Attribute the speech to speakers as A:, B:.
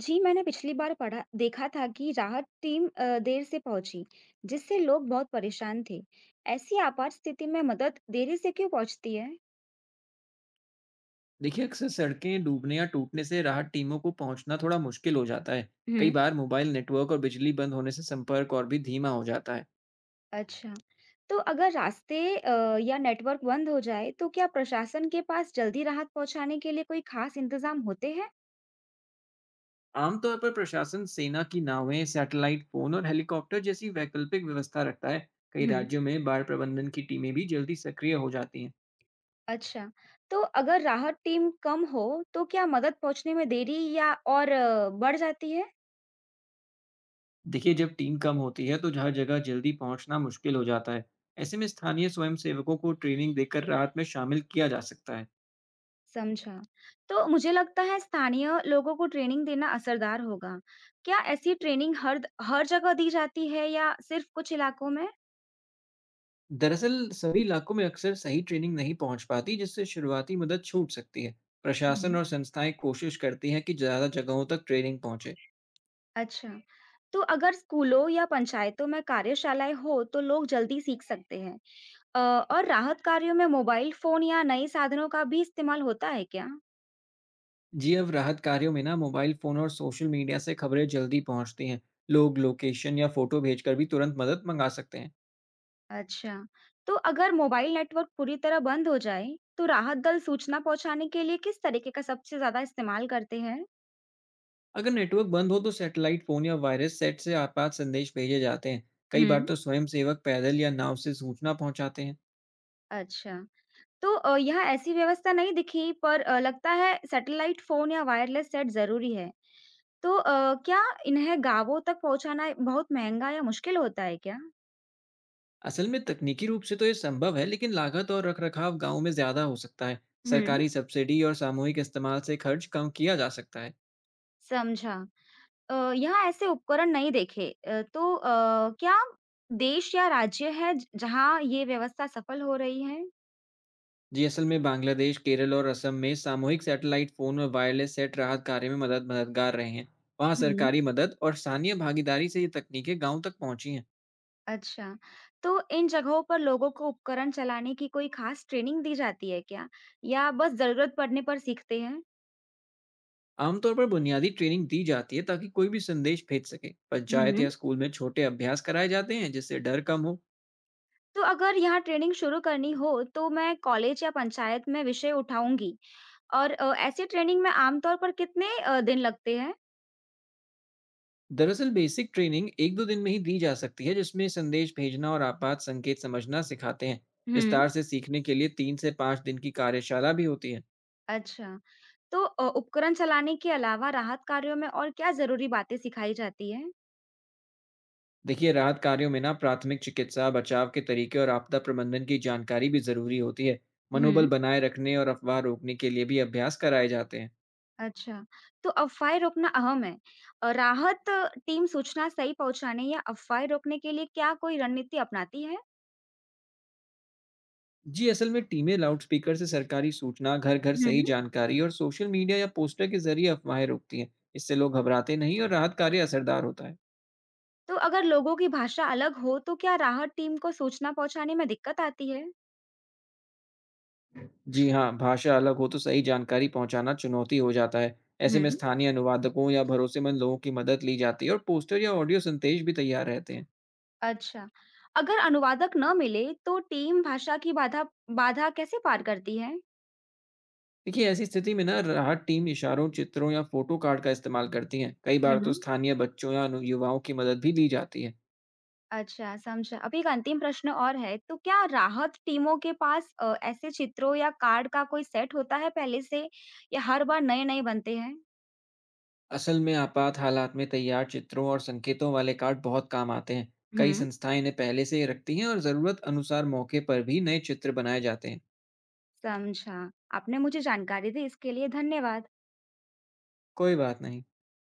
A: जी, मैंने पिछली बार पढ़ा देखा था कि राहत टीम देर से पहुंची, जिससे लोग बहुत परेशान थे। ऐसी आपात स्थिति में मदद देरी से क्यों पहुंचती है?
B: देखिए अक्सर सड़कें डूबने या टूटने से राहत टीमों को पहुंचना थोड़ा मुश्किल हो जाता है। कई
A: हम्म,
B: बार मोबाइल नेटवर्क और बिजली बंद होने से संपर्क और भी धीमा हो जाता है।
A: अच्छा। तो अगर रास्ते या नेटवर्क बंद हो जाए, तो क्या प्रशासन के पास जल्दी राहत पहुंचाने के लिए कोई खास इंतजाम होते हैं?
B: आमतौर पर प्रशासन सेना की नावें, सैटेलाइट फोन और हेलीकॉप्टर जैसी वैकल्पिक व्यवस्था रखता है। कई
A: हम्म,
B: राज्यों में बाढ़ प्रबंधन की टीमें भी जल्दी सक्रिय हो जाती हैं।
A: अच्छा। तो अगर राहत टीम कम हो, तो क्या मदद पहुंचने में देरी या और बढ़ जाती है?
B: देखिए, जब टीम कम होती है तो हर जगह जल्दी पहुंचना मुश्किल हो जाता है। ऐसे में स्थानीय स्वयंसेवकों को ट्रेनिंग देकर राहत में शामिल किया जा सकता है।
A: समझा। तो मुझे लगता है स्थानीय लोगों को ट्रेनिंग देना असरदार होगा। क्या ऐसी ट्रेनिंग हर जगह दी जाती है या सिर्फ कुछ इलाकों में?
B: दरअसल सभी इलाकों में अक्सर सही ट्रेनिंग नहीं पहुंच पाती, जिससे शुरुआती मदद छूट सकती है।
A: हुँ।
B: प्रशासन और संस्थाएं कोशिश करती हैं कि ज़्यादा जगहों तक ट्रेनिंग पहुंचे।
A: अच्छा। तो अगर स्कूलों या पंचायतों में कार्यशालाएँ हो तो लोग जल्दी सीख सकते हैं। अ, और राहत कार्यों में मोबाइल फ़ोन या नए साधनों का भी इस्तेमाल होता है क्या?
B: जीव राहत कार्यों में ना मोबाइल फ़ोन और सोशल मीडिया से खबरें जल्दी पहुंचती हैं। लोग लोकेशन या फ़ोटो भेजकर भी तुरंत मदद मंगा सकते हैं।
A: अच्छा। तो अगर मोबाइल नेटवर्क पूरी तरह बंद हो जाए, तो राहत दल सूचना पहुँचाने के लिए किस तरीके का सबसे ज़्यादा इस्तेमाल करते हैं?
B: अगर नेटवर्क बंद हो तो सैटेलाइट फ़ोन या वायरस सेट से आपात संदेश भेजे जाते हैं। कई बार
A: हुँ।
B: तो स्वयंसेवक पैदल या नाव से सूचना पहुंचाते हैं।
A: अच्छा। तो यहाँ ऐसी व्यवस्था नहीं दिखी पर लगता है सैटेलाइट फ़ोन या वायरलेस सेट ज़रूरी है। तो क्या इन्हें गाँवों तक पहुँचाना बहुत महँगा या मुश्किल होता है क्या?
B: असल में तकनीकी रूप से तो ये संभव है, लेकिन लागत और रखरखाव गांव में ज्यादा हो सकता है।
A: हम्म।
B: सरकारी सब्सिडी और सामूहिक इस्तेमाल से खर्च कम किया जा सकता है।
A: समझा। यहाँ ऐसे उपकरण नहीं देखे। तो क्या देश या राज्य है ज जहाँ ये व्यवस्था सफल हो रही है?
B: जी असल में बांग्लादेश, केरल और असम में सामूहिक सैटेलाइट फोन और वायरलेस सेट राहत कार्य में मददगार रहे हैं। वहाँ
A: हम्म।
B: सरकारी मदद और स्थानीय भागीदारी से ये तकनीकें गांव तक पहुंची हैं।
A: अच्छा। तो इन जगहों पर लोगों को उपकरण चलाने की कोई खास ट्रेनिंग दी जाती है क्या? या बस ज़रूरत पड़ने पर सीखते हैं?
B: आमतौर पर बुनियादी ट्रेनिंग दी जाती है ताकि कोई भी संदेश भेज सके। पंचायत
A: हम्म।
B: या स्कूल में छोटे अभ्यास कराए जाते हैं, जिससे डर कम हो।
A: तो अगर यहाँ ट्रेनिंग शुरू करनी हो, तो मैं कॉलेज या पंचायत में विषय उठाऊँगी और ऐसी ट्रेनिंग में आमतौर पर कितने दिन लगते हैं?
B: दरअसल बेसिक ट्रेनिंग एक दो दिन में ही दी जा सकती है, जिसमें संदेश भेजना और आपात संकेत समझना सिखाते हैं।
A: हम्म।
B: विस्तार से सीखने के लिए 3 से 5 दिन की कार्यशाला भी होती है।
A: अच्छा, तो उपकरण चलाने के अलावा राहत कार्यों में और क्या ज़रूरी बातें सिखाई जाती हैं?
B: देखिए राहत कार्यों में ना प्राथमिक चिकित्सा, बचाव के तरीके और आपदा प्रबंधन की जानकारी भी जरूरी होती है। मनोबल
A: हम्म।
B: बनाए रखने और अफवाह रोकने के लिए भी अभ्यास कराए जाते हैं।
A: अच्छा, तो अफवाहें रोकना अहम है। राहत टीम सूचना सही पहुँचाने या अफवाहें रोकने के लिए क्या कोई रणनीति अपनाती है?
B: जी असल में टीमें लाउडस्पीकर से सरकारी सूचना, घर घर सही
A: हम्म।
B: जानकारी और सोशल मीडिया या पोस्टर के जरिए अफवाहें रोकती हैं। इससे लोग घबराते नहीं और राहत कार्य असरदार होता है।
A: तो अगर लोगों की भाषा अलग हो, तो क्या राहत टीम को सूचना पहुँचाने में दिक्कत आती है?
B: जी हाँ, भाषा अलग हो तो सही जानकारी पहुंचाना चुनौती हो जाता है। ऐसे में
A: हम्म।
B: स्थानीय अनुवादकों या भरोसेमंद लोगों की मदद ली जाती है और पोस्टर या ऑडियो संदेश भी तैयार रहते हैं।
A: अच्छा। अगर अनुवादक न मिले तो टीम भाषा की बाधा बाधा कैसे पार करती है?
B: देखिए ऐसी स्थिति में ना राहत टीम इशारों, चित्रों या फोटो कार्ड का इस्तेमाल करती है। कई बार
A: हुँ।
B: तो स्थानीय बच्चों या युवाओं की मदद भी ली जाती है।
A: अच्छा, समझा। अभी एक अंतिम प्रश्न और है, तो क्या राहत टीमों के पास ऐसे चित्रों या कार्ड का कोई सेट होता है पहले से या हर बार नए-नए बनते हैं?
B: असल में आपात हालात में तैयार चित्रों और संकेतों वाले कार्ड बहुत काम आते हैं। कई
A: हुँ।
B: संस्थाएं इन्हें पहले से ही रखती हैं और ज़रूरत अनुसार मौके पर भी नए चित्र बनाए जाते हैं।
A: समझा। आपने मुझे जानकारी दी इसके लिए धन्यवाद।
B: कोई बात नहीं।